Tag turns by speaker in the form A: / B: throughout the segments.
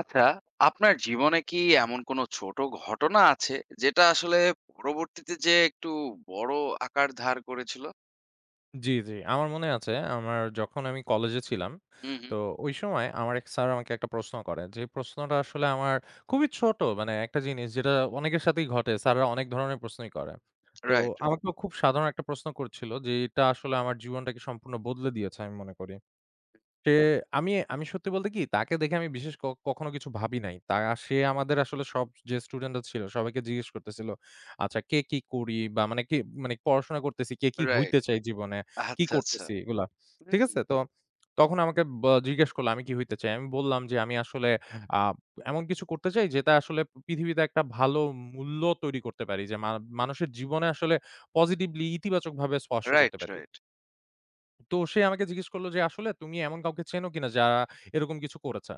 A: আচ্ছা, আপনার জীবনে কি এমন কোনো ছোট ঘটনা আছে, যেটা আসলে পরবর্তীতে যেয়ে একটু বড় আকার ধার করেছিল?
B: জি, জি। আমার মনে আছে যখন আমি কলেজে ছিলাম,
A: হুম, হুম।
B: তো ওই সময় আমার এক স্যার আমাকে একটা প্রশ্ন করে। যে প্রশ্নটা আসলে আমার খুবই ছোট মানে একটা জিনিস যেটা অনেকের সাথেই ঘটে। স্যাররা অনেক ধরনের প্রশ্নই করে। তো
A: রাইট,
B: আমাকেও খুব সাধারণ একটা প্রশ্ন করছিল যে এটা আসলে আমার জীবনটাকে সম্পূর্ণ বদলে দিয়েছে আমি মনে করি। সে আমি আমি সত্যি বলতে কি তাকে দেখে আমি বিশেষ কখনো কিছু ভাবি নাই। তা সে আমাদের আসলে সব যে স্টুডেন্টরা ছিল সবাইকে জিজ্ঞেস করতেছিল, আচ্ছা কে কি করি বা মানে কে মানে পড়াশোনা করতেছি, কে কি
A: রাইট।
B: হইতে চাই জীবনে, কি
A: আচ্ছা, আচ্ছা।
B: করতেছি এগুলা। ঠিক আছে? তো তখন আমাকে জিজ্ঞেস করল আমি কি হইতে চাই? আমি বললাম যে আমি আসলে আ এমন কিছু করতে চাই যেটা আসলে পৃথিবীতে একটা ভালো মূল্য তৈরি করতে পারি। যে মানুষের জীবনে আসলে পজিটিভলি ইতিবাচকভাবে স্পর্শ করতে
A: রাইট,
B: পারি।
A: রাইট।
B: তো সে আমাকে জিজ্ঞেস করল যে, "আসলে তুমি এমন কাউকে চেনো কিনা যারা এরকম কিছু করেছে?"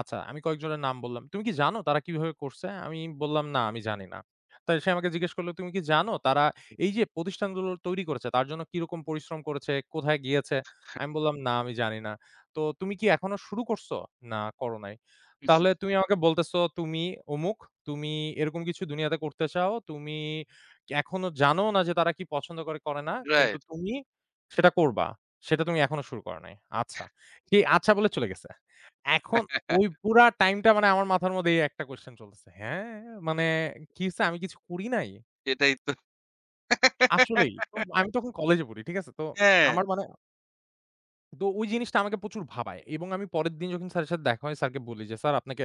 B: আচ্ছা, আমি কয়েকজনের নাম বললাম। "তুমি কি জানো তারা কিভাবে করছে?" আমি বললাম, "না, আমি জানি না।" তাই সে আমাকে জিজ্ঞেস করল, "তুমি কি জানো তারা এই যে প্রতিষ্ঠানগুলো তৈরি করেছে তার জন্য কিরকম পরিশ্রম করেছে, কোথায় গিয়েছে?" আমি বললাম, "না, আমি জানি না।" "তো তুমি কি এখনো শুরু করছো?" "না, করো নাই।" "তাহলে তুমি আমাকে বলতেছো তুমি অমুক, তুমি এরকম কিছু দুনিয়াতে করতে চাও, তুমি এখনো জানো না যে তারা কি পছন্দ করে, করে না। কিন্তু
A: রাইট।
B: তুমি সেটা করবা।" সেটা তুমি এখনো শুরু করো নাই। আচ্ছা। কি আচ্ছা বলে চলে গেছে। এখন ওই পুরা টাইমটা মানে আমার মাথার মধ্যে এই একটা কোয়েশ্চেন চলতেছে। হ্যাঁ, মানে কি হইছে আমি কিছু করি নাই।
A: এটাই তো।
B: আসলেই। তো আমি তখন কলেজে পড়ি। ঠিক আছে? তো
A: হ্যাঁ,
B: আমার মানে তো ওই জিনিসটা আমাকে প্রচুর ভাবায় এবং আমি পরের দিন যখন স্যারের সাথে দেখা হয় স্যারকে বলি যে, "স্যার আপনাকে"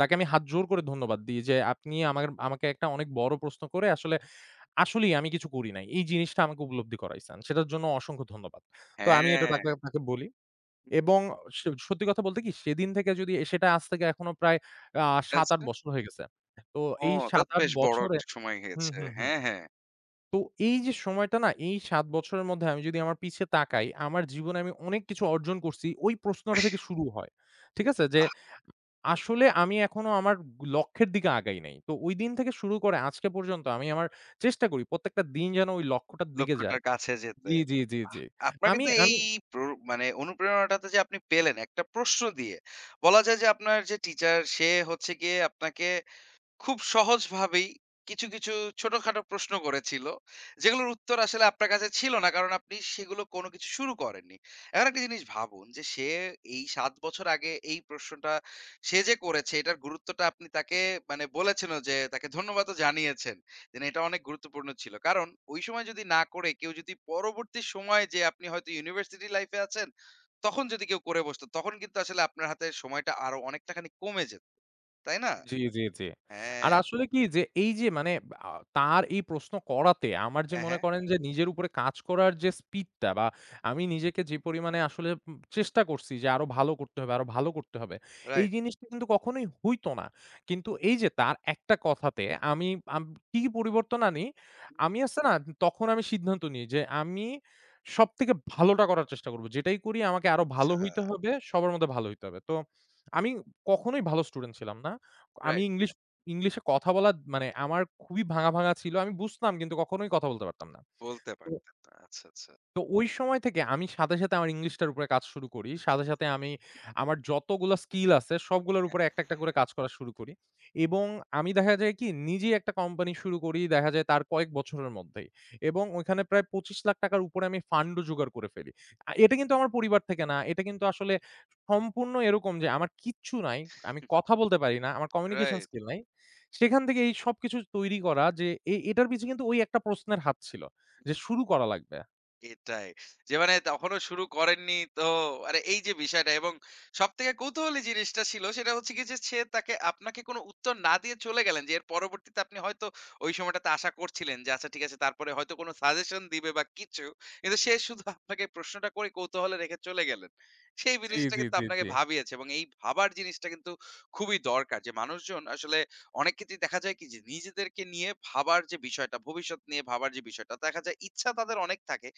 B: তাকে আমি হাত জোড় করে ধন্যবাদ দিই যে, "আপনি আমার আমাকে একটা অনেক বড় প্রশ্ন করে আসলে আসলেই আমি কিছু করি নাই। এই জিনিসটা আমাকে উপলব্ধি করাইছেন। সেটার জন্য অসংখ্য ধন্যবাদ।" তো আমি এটা তাকে
A: হ্যাঁ।
B: তাকে বলি। এবং স সত্যি কথা বলতে কি সেদিন থেকে যদি সেটা আজ থেকে এখনো প্রায় আ ৭-৮
A: আচ্ছা।
B: বছর হয়ে গেছে। তো
A: ও,
B: এই
A: তা তো
B: ৭-৮
A: বেশ বড়
B: বছরে
A: একটা সময়
B: হুম,
A: গিয়েছে।
B: হুম, হুম।
A: হ্যাঁ, হ্যাঁ।
B: তো এই যে সময়টা না এই ৭ বছরের মধ্যে আমি যদি আমার পিছে তাকাই, আমার জীবনে আমি অনেক কিছু অর্জন করছি ওই প্রশ্নটা থেকে শুরু হয়। ঠিক আছে? যে আসলে আমি এখনো আমার লক্ষ্যের দিকে আগাই নাই। তো ঐদিন থেকে শুরু করে আজকে পর্যন্ত আমি আমার চেষ্টা করি প্রত্যেকটা দিন যেন ওই লক্ষ্যটার দিকে যায়।
A: লক্ষ্যটার কাছে যেতে।
B: জি, জি, জি,
A: বাহ!
B: জি।
A: আপনার
B: আমি
A: কিন্তু এই
B: আমি
A: প্র মানে অনুপ্রেরণাটাতে যে আপনি পেলেন একটা প্রশ্ন দিয়ে, বলা যায় যে আপনার যে টিচার সে হচ্ছে গিয়ে আপনাকে খুব সহজভাবেই কিছু, কিছু ছোটখাটো প্রশ্ন করেছিল। যেগুলোর উত্তর আসলে আপনার কাছে ছিল না। কারণ আপনি সেগুলো কোনো কিছু শুরু করেননি। এখন একটা জিনিস ভাবুন যে সে এই ৭ বছর আগে এই প্রশ্নটা সে যে করেছে এটার গুরুত্বটা আপনি তাকে মানে বলেছেনও, যে তাকে ধন্যবাদও জানিয়েছেন। যে না, এটা অনেক গুরুত্বপূর্ণ ছিল। কারণ ওই সময় যদি না করে কেউ যদি পরবর্তী সময়ে যে আপনি হয়তো ইউনিভার্সিটি লাইফ এ আছেন, তখন যদি কেউ করে বসতো তখন কিন্তু আসলে আপনার হাতে সময়টা আরো অনেকটা খানি কমে যেত। তাই না?
B: জি, জি, জি। আর
A: হ্যাঁ।
B: আসলে কি যে এই যে মানে আ তার এই প্রশ্ন করাতে আমার যে
A: হ্যাঁ,
B: মনে
A: হ্যাঁ।
B: করেন যে নিজের উপরে কাজ করার যে স্পিডটা বা আমি নিজেকে যে পরিমাণে আসলে চেষ্টা করছি যে আরো ভালো করতে হবে, আরো ভালো করতে হবে। এই
A: রাইট।
B: জিনিসটা কিন্তু কখনোই হইতো না। কিন্তু এই যে তার একটা কথাতে আমি আম কি কি পরিবর্তন আনি? আমি আছে না তখন আমি সিদ্ধান্ত নিই যে আমি সবথেকে ভালোটা করার চেষ্টা করব। যেটাই করি আমাকে আরো ভালো
A: আচ্ছা,
B: হইতে হবে, সবার মধ্যে ভালো হইতে হবে। তো আমি কখনোই ভালো স্টুডেন্ট ছিলাম না। আমি
A: রাইট।
B: ইংলিশে কথা বলা মানে আমার খুবই ভাঙা, ভাঙা ছিল। আমি বুঝতাম কিন্তু কখনোই কথা বলতে পারতাম না।
A: বলতে
B: তো
A: পারতেন না। আচ্ছা, আচ্ছা।
B: তো ওই সময় থেকে আমি সাথে, সাথে আমার ইংলিশটার উপরে কাজ শুরু করি। সাথে, সাথে আমি আমার যতগুলা স্কিল আছে সবগুলোর উপরে একটা, একটা করে কাজ করা শুরু করি এবং আমি দেখা যায় কি নিজেই একটা কোম্পানি শুরু করি দেখা যায় তার কয়েক বছরের মধ্যেই এবং ওইখানে প্রায় ২৫,০০,০০০ র উপরে আমি ফান্ডও জোগাড় করে ফেলি। এটা কিন্তু আমার পরিবার থেকে না। এটা কিন্তু আসলে সম্পূর্ণ এরকম যে আমার কিচ্ছু নাই। আমি কথা বলতে পারি না। আমার কমিউনিকেশন
A: রাইট।
B: স্কিল নাই। সেখান থেকে এই সবকিছু তৈরি করা যে এটার পিছে কিন্তু ওই একটা প্রশ্নের হাত ছিল যে শুরু করা লাগবে।
A: এটাই। যে মানে তখনো শুরু করেননি তো। আরে, এই যে বিষয়টা, এবং সবথেকে কৌতূহলী জিনিসটা ছিল সেটা হচ্ছে কি যে সে তাকে আপনাকে কোনো উত্তর না দিয়ে চলে গেলেন, যে এর পরবর্তীতে আপনি হয়তো ওই সময়টাতে আশা করছিলেন যে আচ্ছা ঠিক আছে তারপরে হয়তো কোনো সাজেশন দিবে বা কিছু। কিন্তু সে শুধু আপনাকে প্রশ্নটা করে কৌতূহলে রেখে চলে গেলেন। সেই
B: জি,
A: জিনিসটা
B: জি,
A: কিন্তু
B: জি,
A: আপনাকে
B: জি।
A: ভাবিয়েছে, এবং এই ভাবার জিনিসটা কিন্তু খুবই দরকার। যে মানুষজন আসলে অনেক ক্ষেত্রেই দেখা যায় কি, যে নিজেদেরকে নিয়ে ভাবার যে বিষয়টা, ভবিষ্যৎ নিয়ে ভাবার যে বিষয়টা, দেখা যায় ইচ্ছা তাদের অনেক থাকে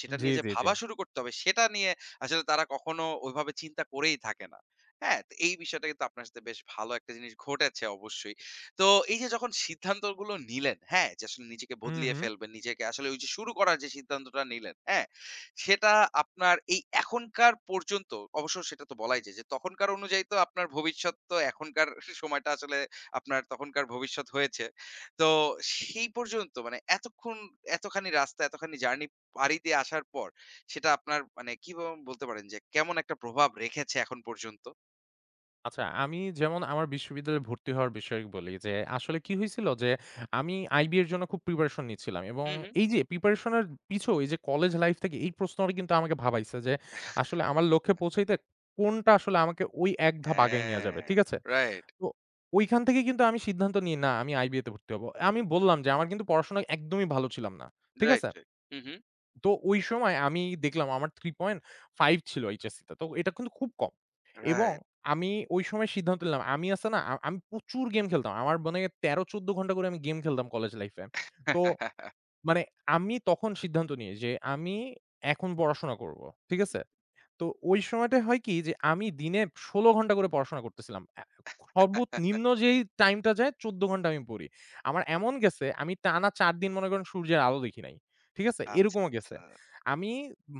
A: সেটা
B: জি,
A: নিয়ে, যে
B: জি, জি।
A: ভাবা শুরু করতে হবে, সেটা নিয়ে আসলে তারা কখনো ওইভাবে চিন্তা করেই থাকে না। হ্যাঁ? তো এই বিষয়টা কিন্তু আপনার সাথে বেশ ভালো একটা জিনিস ঘটেছে অবশ্যই। তো এই যে যখন সিদ্ধান্তগুলো নিলেন, হ্যাঁ? যে আসলে নিজেকে
B: হুম,
A: বদলিয়ে
B: হুম।
A: ফেলবেন, নিজেকে আসলে ওই যে শুরু করার যে সিদ্ধান্তটা নিলেন, হ্যাঁ? সেটা আপনার এই এখনকার পর্যন্ত অবশ্য সেটা তো বলাই যায় যে তখনকার অনুযায়ী তো আপনার ভবিষ্যৎ তো এখনকার সময়টা আসলে আপনার তখনকার ভবিষ্যৎ হয়েছে। তো সেই পর্যন্ত মানে এতক্ষণ এতখানি রাস্তা, এতখানি জার্নি বাড়িতে আসার পর সেটা আপনার মানে কিভাবে বলতে পারেন যে কেমন একটা প্রভাব রেখেছে এখন পর্যন্ত?
B: আচ্ছা আমি যেমন আমার বিশ্ববিদ্যালয়ে ভর্তি হওয়ার বিষয়ে বলি যে, আসলে কি হয়েছিল যে, আমি আইবি এর জন্য খুব প্রিপারেশন নিচ্ছিলাম এবং
A: হুম, হুম।
B: এই যে প্রিপারেশন এর পিছু এই যে কলেজ লাইফ থেকে এই প্রশ্নটা কিন্তু আমাকে ভাবাইছে যে, আসলে আমার লক্ষ্যে পৌঁছাইতে কোনটা আসলে আমাকে ওই এক ধাপ আগায় নিয়ে
A: হ্যাঁ,
B: যাবে। ঠিক আছে?
A: রাইট,
B: তো ওইখান থেকে কিন্তু আমি সিদ্ধান্ত নিই না আমি আইবিএ তে ভর্তি হব। আমি বললাম যে, আমার কিন্তু পড়াশোনায় একদমই ভালো ছিলাম না। ঠিক
A: রাইট,
B: আছে?
A: রাইট। হুম, হুম।
B: তো ওই সময় আমি দেখলাম আমার 3.5 ছিল HSC তে। তো এটা কিন্তু খুব কম। এবং
A: রাইট।
B: আমি ওই সময় সিদ্ধান্ত নিলাম, আমি আছে না আমি প্রচুর গেম খেলতাম। আমার মানে ১৩-১৪ ঘন্টা করে আমি গেম খেলতাম কলেজ লাইফ এ। তো মানে আমি তখন সিদ্ধান্ত নিই যে আমি এখন পড়াশোনা করব। ঠিক আছে? তো ওই সময়টায় হয় কি যে আমি দিনে ১৬ ঘন্টা করে পড়াশোনা করতেছিলাম। সর্বনিম্ন যেই টাইমটা যায় ১৪ ঘন্টা আমি পড়ি। আমার এমন গেছে আমি টানা ৪ দিন মনে করেন সূর্যের আলো দেখি নাই। ঠিক আছে?
A: আচ্ছা,
B: এরকমও গেছে।
A: আচ্ছা,
B: আমি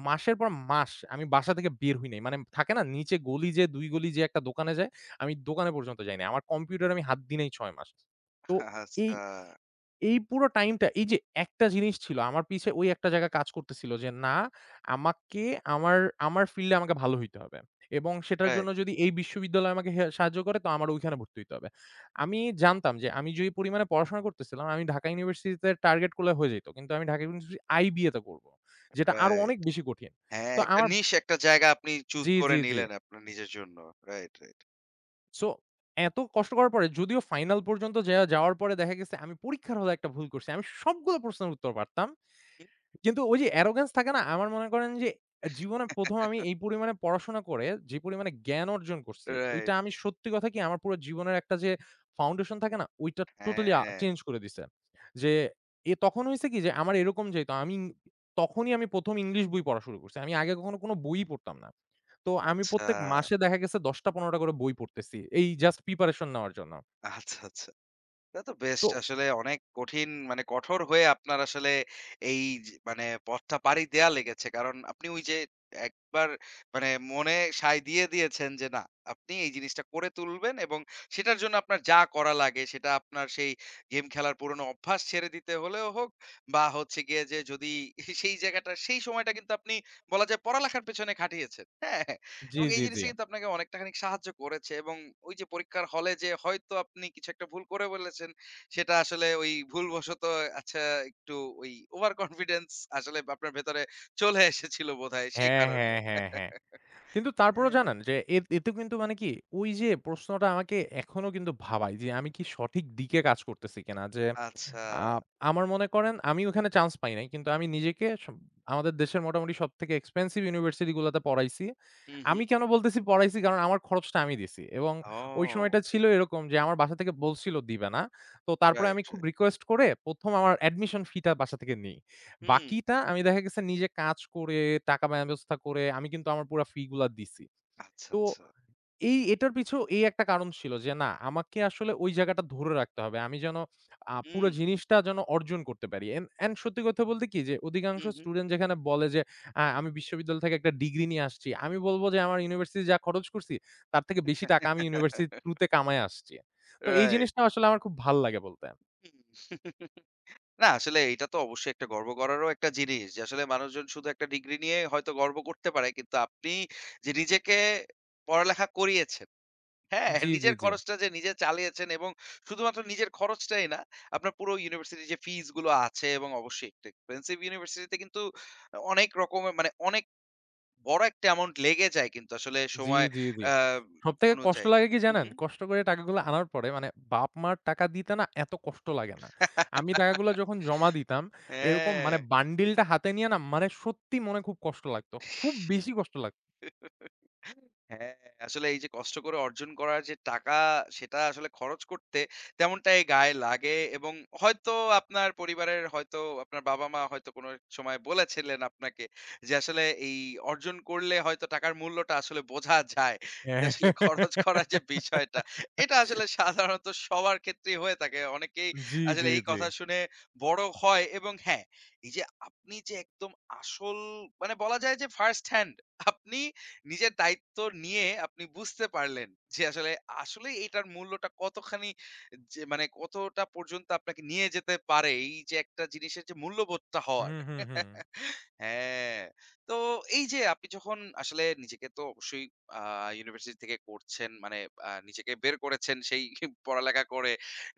B: মাসের পর মাস আমি বাসা থেকে বের হই নাই। মানে থাকে না নিচে গলি যেয়ে ২ গলি যেয়ে একটা দোকানে যায়, আমি দোকানে পর্যন্ত যাই নাই। আমার কম্পিউটারে আমি হাত দিই নাই ৬ মাস। তো এই
A: আচ্ছা।
B: এই পুরো টাইমটা এই যে একটা জিনিস ছিল আমার পিছে ওই একটা জায়গা কাজ করতেছিল যে না আমাকে আমার, আমার ফিল্ড এ আমাকে ভালো হইতে হবে। এবং সেটার জন্য
A: রাইট,
B: যদি এই বিশ্ববিদ্যালয় আমাকে হে সাহায্য করে তো আমার ওইখানে ভর্তি হইতে হবে। আমি জানতাম যে আমি যেই পরিমাণে পড়াশোনা করতেছিলাম আমি ঢাকা ইউনিভার্সিটিতে টার্গেট করলে হয়ে যেত। কিন্তু আমি ঢাকা ইউনিভার্সিটি আইবিএ তে করব। যেটা আরো অনেক
A: রাইট।
B: বেশি কঠিন।
A: হ্যাঁ,
B: তো
A: একটা
B: আমার
A: একটা জায়গা আপনি চুজ
B: জি,
A: করে
B: জি, জি।
A: নিলেন আপনার নিজের জন্য। Right, right.
B: সো এত কষ্ট করার পরে যদিও ফাইনাল পর্যন্ত যাওয়ার পরে দেখা গেছে আমি পরীক্ষার হলে একটা ভুল করছি। আমি সবগুলো প্রশ্নের উত্তর পারতাম।
A: হুম।
B: কিন্তু ওই যে arrogance থাকে না? আমার মনে করেন যে জীবনে ১ম আমি এই পরিমাণে পড়াশোনা করে যে পরিমাণে জ্ঞান অর্জন করছি, ওইটা
A: রাইট।
B: আমি সত্যি কথা কি আমার পুরো জীবনের একটা যে ফাউন্ডেশন থাকে না? ওইটা টোটালি
A: হ্যাঁ,
B: চেঞ্জ করে দিছে। যে তখন হইছে কি যে আমার এরকম যেহেতু আমি তখনই আমি ১ম ইংলিশ বই পড়া শুরু করছি। আমি আগে কখনো কোনো বইই পড়তাম না। তো আমি
A: আচ্ছা,
B: প্রত্যেক মাসে দেখা গেছে ১০টা-১৫টা করে বই পড়তেছি। এই জাস্ট প্রিপারেশন নেওয়ার জন্য।
A: আচ্ছা, আচ্ছা। এটা তো বেশ
B: তো
A: আসলে অনেক কঠিন, মানে কঠোর হয়ে আপনার আসলে এই যে মানে পথটা পাড়ি দেয়া লেগেছে। কারণ আপনি ওই যে একবার মানে মনে সায় দিয়ে দিয়েছেন যে না, আপনি এই জিনিসটা করে তুলবেন এবং সেটার জন্য আপনার যা করা লাগে সেটা আপনার সেই গেম খেলার পুরনো অভ্যাস ছেড়ে দিতে হলেও হোক, বা হচ্ছে গিয়ে যে যদি সেই জায়গাটা, সেই সময়টা কিন্তু আপনি বলা যায় পড়ালেখার পেছনে খাটিয়েছেন। হ্যাঁ?
B: জি,
A: এবং এই
B: জি, জি।
A: জিনিসটা কিন্তু আপনাকে অনেকটাখানি সাহায্য করেছে, এবং ওই যে পরীক্ষার হলে যে হয়তো আপনি কিছু একটা ভুল করে বলেছেন সেটা আসলে ওই ভুলবশত। আচ্ছা, একটু ওই ওভার কনফিডেন্স আসলে আপনার ভেতরে চলে এসেছিল বোধহয় সেই
B: হ্যাঁ,
A: কারণে।
B: হ্যাঁ, হ্যাঁ, হ্যাঁ। কিন্তু তারপরেও
A: হ্যাঁ,
B: জানেন যে এতে কিন্তু মানে কি ওই যে প্রশ্নটা আমাকে এখনো কিন্তু ভাবায় যে আমি কি সঠিক দিকে কাজ করতেছি কিনা? যে
A: আচ্ছা।
B: আ আমার মনে করেন আমি ওখানে চান্স পাই নাই। কিন্তু আমি নিজেকে আমাদের দেশের মোটামুটি সবথেকে এক্সপেনসিভ ইউনিভার্সিটি গুলাতে পড়াইছি।
A: হুম,
B: আমি
A: হুম।
B: কেন বলতেছি পড়াইছি? কারণ আমার খরচটা আমি দিছি। এবং ওই
A: ও,
B: সময়টা ছিল এরকম যে আমার বাসা থেকে বলছিল দিবে না। তো তারপরে আমি
A: রাইট,
B: খুব
A: রাইট।
B: রিকোয়েস্ট করে ১ম আমার অ্যাডমিশন ফি টা বাসা থেকে নেই।
A: হুম,
B: বাকিটা আমি দেখা গেছে নিজে কাজ করে, টাকা ব্যবস্থা করে আমি কিন্তু আমার পুরা ফি গুলা দিছি।
A: আচ্ছা,
B: তো
A: আচ্ছা।
B: এই এটার পিছু এই একটা কারণ ছিল যে না আমাকে আসলে ওই জায়গাটা ধরে রাখতে হবে। আমি যেন পুরো
A: হুম,
B: জিনিসটা যেন অর্জন করতে পারি। এন্ড সত্যি কথা বলতে কি যে অধিকাংশ
A: হুম, হুম।
B: স্টুডেন্ট যেখানে বলে যে আমি বিশ্ববিদ্যালয় থেকে একটা ডিগ্রি নিয়ে আসছি। আমি বলব যে আমার ইউনিভার্সিটি যা খরচ করছি তার থেকে বেশি টাকা আমি ইউনিভার্সিটির থ্রুতে কামায় আসছি। তো এই
A: রাইট।
B: জিনিসটা আসলে আমার খুব ভাল লাগে বলতে।
A: হুম। না আসলে এটা তো অবশ্যই একটা গর্ব করারও একটা জিনিস, যে আসলে মানুষজন শুধু একটা ডিগ্রি নিয়ে হয়তো গর্ব করতে পারে কিন্তু আপনি যে নিজেকে পড়ালেখা করিয়েছেন। হ্যাঁ
B: জি, জি,
A: নিজের
B: জি।
A: খরচটা যে নিজে চালিয়েছেন, এবং শুধুমাত্র নিজের খরচটাই না, আপনার পুরো ইউনিভার্সিটি যে ফিজ গুলো আছে এবং অবশ্যই একটা এক্সপেন্সিভ ইউনিভার্সিটিতে কিন্তু অনেক রকমের মানে অনেক বড় একটা অ্যামাউন্ট লেগে যায় কিন্তু আসলে
B: জি,
A: সময়
B: জি, জি।
A: আহ
B: সবথেকে কষ্ট
A: অনুযায়ী।
B: লাগে কি
A: হুম,
B: জানেন?
A: হুম।
B: কষ্ট করে টাকাগুলো আনার পরে মানে বাপ-মার টাকা দিতে না এত কষ্ট লাগে না। আমি টাকাগুলো যখন জমা দিতাম এরকম
A: হ্যাঁ।
B: মানে বান্ডিলটা হাতে নিয়ে না মানে সত্যি মনে খুব কষ্ট লাগতো। খুব বেশি কষ্ট লাগতো।
A: হ্যাঁ, আসলে এই যে কষ্ট করে অর্জন করার যে টাকা, সেটা আসলে খরচ করতে তেমনটাই গায়ে লাগে, এবং হয়তো আপনার পরিবারের হয়তো আপনার বাবা-মা হয়তো কোনো সময় বলেছিলেন আপনাকে যে, আসলে এই অর্জন করলে হয়তো টাকার মূল্যটা আসলে বোঝা যায়। যে
B: হ্যাঁ।
A: আসলে খরচ করার যে বিষয়টা, এটা আসলে সাধারণত সবার ক্ষেত্রেই হয়ে থাকে। অনেকেই
B: জি,
A: আসলে
B: জি,
A: এই
B: জি।
A: কথা শুনে বড় হয়, এবং হ্যাঁ, এই যে আপনি যে একদম আসল মানে বলা যায় যে ফার্স্ট হ্যান্ড আপনি নিজের দায়িত্ব নিয়ে আপনি বুঝতে পারলেন যে আসলে আসলে এটার মূল্যটা কতখানি, যে মানে কতটা পর্যন্ত আপনাকে নিয়ে যেতে পারে এই যে একটা জিনিসের যে মূল্যবোধটা হওয়ার।
B: হুম, হুম, হুম।
A: হ্যাঁ, তো এই যে আপনি যখন আসলে নিজেকে তো অবশ্যই ইউনিভার্সিটি থেকে করছেন মানে নিজেকে বের করেছেন সেই পড়ালেখা করে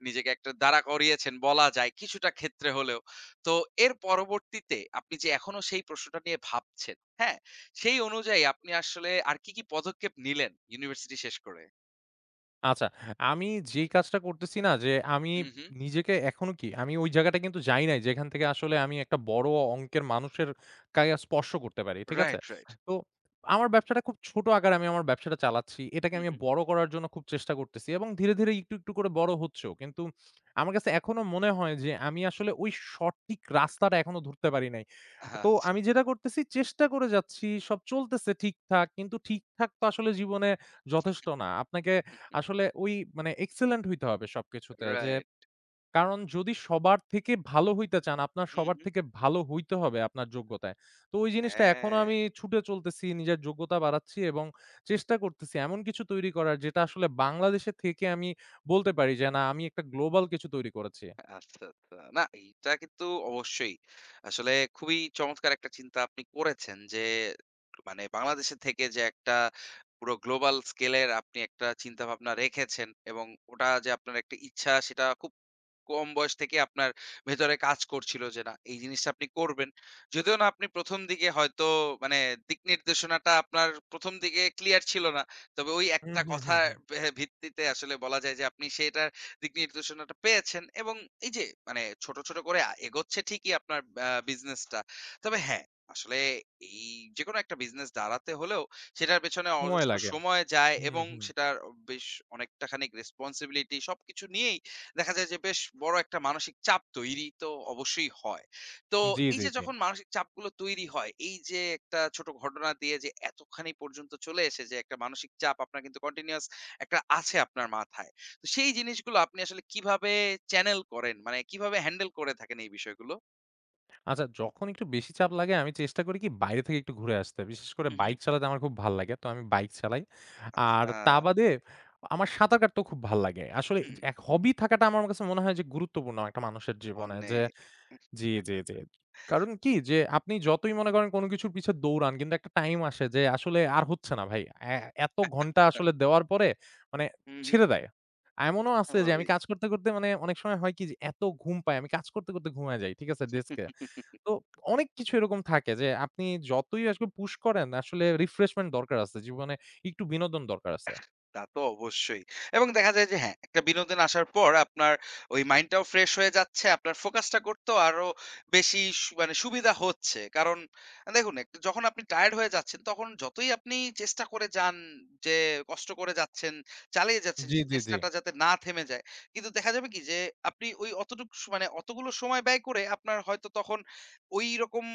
A: নিজেকে একটা দাঁড়া করিয়েছেন বলা যায় কিছুটা ক্ষেত্রে হলেও। তো এর পরবর্তীতে আপনি যে এখনো সেই প্রশ্নটা নিয়ে ভাবছেন, হ্যাঁ, সেই অনুযায়ী আপনি আসলে আর কি, কি পদক্ষেপ নিলেন ইউনিভার্সিটি শেষ করে?
B: আচ্ছা, আমি যেই কাজটা করতেছি না যে আমি
A: হু, হু।
B: নিজেকে এখনো কি আমি ওই জায়গাটা কিন্তু যাই নাই যেখান থেকে আসলে আমি একটা বড় অঙ্কের মানুষের কায়া স্পর্শ করতে পারি। ঠিক আছে?
A: Right, right.
B: তো আমার ব্যবসাটা খুব ছোট আকারে আমি আমার ব্যবসাটা চালাচ্ছি। এটাকে
A: হু,
B: আমি
A: হু।
B: বড় করার জন্য খুব চেষ্টা করতেছি এবং ধীরে, ধীরে একটু, একটু করে বড় হচ্ছেও। কিন্তু আমার কাছে এখনো মনে হয় যে আমি আসলে ওই সঠিক রাস্তাটা এখনো ধরতে পারি নাই। তো
A: আচ্ছা।
B: আমি যেটা করতেছি চেষ্টা করে যাচ্ছি, সব চলতেছে ঠিকঠাক। কিন্তু ঠিকঠাক তো আসলে জীবনে যথেষ্ট না। আপনাকে আসলে ওই মানে এক্সেলেন্ট হইতে হবে সবকিছুতে। যে
A: রাইট।
B: কারণ যদি সবার থেকে ভালো হইতে চান, আপনার
A: হু,
B: সবার
A: হু।
B: থেকে ভালো হইতে হবে আপনার যোগ্যতায়। তো ওই জিনিসটা এখনো
A: হ্যাঁ।
B: আমি ছুটে চলতেছি, নিজের যোগ্যতা বাড়াচ্ছি এবং চেষ্টা করতেছি এমন কিছু তৈরি করার যেটা আসলে বাংলাদেশে থেকে আমি বলতে পারি যে না আমি একটা গ্লোবাল কিছু তৈরি করেছি।
A: আচ্ছা, আচ্ছা। না এইটা কিন্তু অবশ্যই। আসলে খুবই চমৎকার একটা চিন্তা আপনি করেছেন যে মানে বাংলাদেশে থেকে যে একটা পুরো গ্লোবাল স্কেলের আপনি একটা চিন্তাভাবনা রেখেছেন, এবং ওটা যে আপনার একটা ইচ্ছা সেটা খুব কম বয়স থেকে আপনার ভেতরে কাজ করছিল যে না এই জিনিসটা আপনি করবেন। যদিও না আপনি ১ম দিকে হয়তো মানে দিক নির্দেশনাটা আপনার ১ম দিকে ক্লিয়ার ছিল না। তবে ওই
B: হুম,
A: একটা
B: হুম, হুম,
A: কথার
B: হুম।
A: ভিত্তিতে আসলে বলা যায় যে আপনি সেটা দিক নির্দেশনাটা পেয়েছেন, এবং এই যে মানে ছোট, ছোট করে এগোচ্ছে ঠিকই আপনার বিজনেসটা। তবে হ্যাঁ, আসলে এই যেকোনো একটা বিজনেস দাঁড়াতে হলেও সেটার পেছনে
B: সময়
A: অজস্র
B: লাগে।
A: সময় যায়
B: হুম,
A: এবং
B: হুম।
A: সেটার বেশ অনেকটা খানিক রেসপনসিবিলিটি সবকিছু নিয়েই দেখা যায় যে বেশ বড় একটা মানসিক চাপ তৈরি তো অবশ্যই হয়। তো
B: জি,
A: এই
B: জি,
A: যে
B: জি।
A: যখন মানসিক চাপগুলো তৈরি হয়, এই যে একটা ছোট ঘটনা দিয়ে যে এতখানি পর্যন্ত চলে এসে যে একটা মানসিক চাপ আপনার কিন্তু কন্টিনিউয়াস একটা আছে আপনার মাথায়। তো সেই জিনিসগুলো আপনি আসলে কিভাবে চ্যানেল করেন? মানে কিভাবে হ্যান্ডেল করে থাকেন এই বিষয়গুলো?
B: আচ্ছা, যখন একটু বেশি চাপ লাগে আমি চেষ্টা করি কি বাইরে থেকে একটু ঘুরে আসতে। বিশেষ করে
A: হু, হু।
B: বাইক চালাতে আমার খুব ভাল লাগে। তো আমি বাইক চালাই। আর
A: আচ্ছা।
B: তা বাদে আমার সাঁতার কাটতেও খুব ভাল লাগে। আসলে
A: হুম,
B: যে এক হবি থাকাটা আমার কাছে মনে হয় যে গুরুত্বপূর্ণ একটা মানুষের জীবনে যে
A: অনেক।
B: জি, জি, জি। কারণ কি যে আপনি যতই মনে করেন কোনো কিছুর পিছে দৌড়ান কিন্তু একটা টাইম আসে যে আসলে আর হচ্ছে না ভাই। এ এত ঘন্টা আসলে দেওয়ার পরে মানে
A: হু, হু।
B: ছেড়ে দেয়। এমনও
A: আচ্ছা,
B: আছে যে আমি কাজ করতে, করতে মানে অনেক সময় হয় কি যে এত ঘুম পাই আমি কাজ করতে, করতে ঘুমায়ে যাই। ঠিক আছে? ডেস্কে।
A: স্বাভাবিক।
B: তো অনেক কিছু এরকম থাকে যে আপনি যতই আসলে পুশ করেন আসলে রিফ্রেশমেন্ট দরকার আছে। জীবনে একটু বিনোদন দরকার আছে।
A: তা তো অবশ্যই। এবং দেখা যায় যে হ্যাঁ, একটা বিনোদন আসার পর আপনার ওই মাইন্ডটাও ফ্রেশ হয়ে যাচ্ছে। আপনার ফোকাসটা করতেও আরো বেশি মানে সুবিধা হচ্ছে। কারণ দেখুন, এক যখন আপনি টায়ার্ড হয়ে যাচ্ছেন তখন যতই আপনি চেষ্টা করে যান যে কষ্ট করে যাচ্ছেন, চালিয়ে যাচ্ছেন
B: জি,
A: সেই
B: জি, জি।
A: চেষ্টাটা যাতে না থেমে যায়। কিন্তু দেখা যাবে কি যে আপনি ওই অতটুক স মানে অতগুলো সময় ব্যয় করে আপনার হয়তো তখন ঐরকম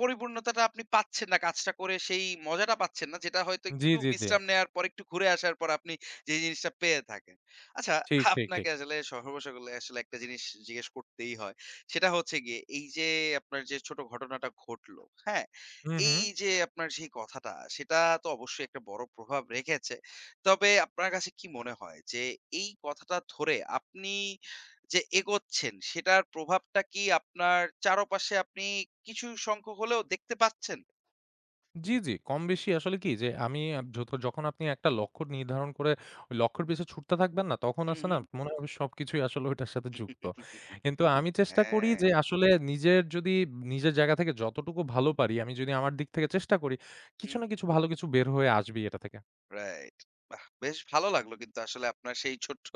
A: পরিপূর্ণতাটা আপনি পাচ্ছেন না। কাজটা করে সেই মজাটা পাচ্ছেন না। যেটা হয়তো
B: জি,
A: একটু
B: জি, জি।
A: বিশ্রাম নেয়ার পর, একটু ঘুরে আসার পর আপনি যে জিনিসটা পেয়ে থাকেন। আচ্ছা,
B: ঠিক, ঠিক, ঠিক।
A: আপনাকে আসলে সর্বশেষে আসলে একটা জিনিস জিজ্ঞেস করতেই হয়। সেটা হচ্ছে গিয়ে এই যে আপনার যে ছোট ঘটনাটা ঘটলো, হ্যাঁ?
B: হুম, হুম।
A: এই যে আপনার সেই কথাটা, সেটা তো অবশ্যই একটা বড় প্রভাব রেখেছে। তবে আপনার কাছে কি মনে হয় যে এই কথাটা ধরে আপনি যে এগোচ্ছেন সেটার প্রভাবটা কি আপনার চারপাশে আপনি কিছু সংখ্যক হলেও দেখতে পাচ্ছেন?
B: জি, জি। কম বেশি আসলে কি যে আমি যত যখন আপনি একটা লক্ষ্য নির্ধারণ করে ওই লক্ষ্যের পিছে ছুটতে থাকবেন না তখন
A: হুম,
B: আছে না
A: হুম।
B: মনে হবে সবকিছুই আসলে ওইটার সাথে যুক্ত। কিন্তু আমি চেষ্টা করি
A: হ্যাঁ।
B: যে আসলে নিজের যদি নিজের জায়গা থেকে যতটুকু ভালো পারি আমি যদি আমার দিক থেকে চেষ্টা করি কিছু না কিছু ভালো কিছু বের হয়ে আসবেই এটা থেকে।
A: রাইট। বাহ! বেশ ভালো লাগলো কিন্তু আসলে আপনার সেই ছোট্ট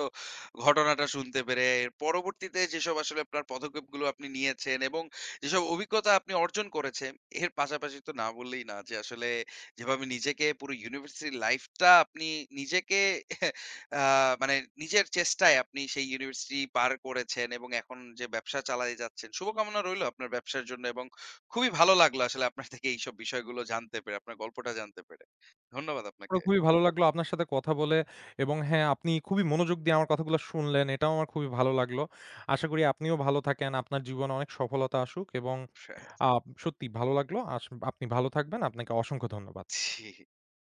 A: ঘটনাটা শুনতে পেরে। এর পরবর্তীতে যেসব আসলে আপনার পদক্ষেপগুলো আপনি নিয়েছেন এবং যেসব অভিজ্ঞতা আপনি অর্জন করেছেন, এর পাশাপাশি তো না বললেই না যে আসলে যেভাবে নিজেকে পুরো ইউনিভার্সিটি লাইফটা আপনি নিজেকে আ মানে নিজের চেষ্টায় আপনি সেই ইউনিভার্সিটি পার করেছেন এবং এখন যে ব্যবসা চালায়ে যাচ্ছেন। শুভকামনা রইলো আপনার ব্যবসার জন্য, এবং খুবই ভালো লাগলো আসলে আপনার থেকে এইসব বিষয়গুলো জানতে পেরে, আপনার গল্পটা জানতে পেরে। ধন্যবাদ আপনাকে।
B: আমারও খুবই ভালো লাগলো আপনার সাথে কথা বলে এবং হ্যাঁ, আপনি খুবই মনোযোগ দিয়ে আমার কথাগুলো শুনলেন। এটাও আমার খুবই ভালো লাগলো। আশা করি আপনিও ভালো থাকেন। আপনার জীবনে অনেক সফলতা আসুক এবং
A: প্রায়
B: আ সত্যি ভালো লাগলো। আপনি ভালো থাকবেন। আপনাকে অসংখ্য ধন্যবাদ।
A: জি।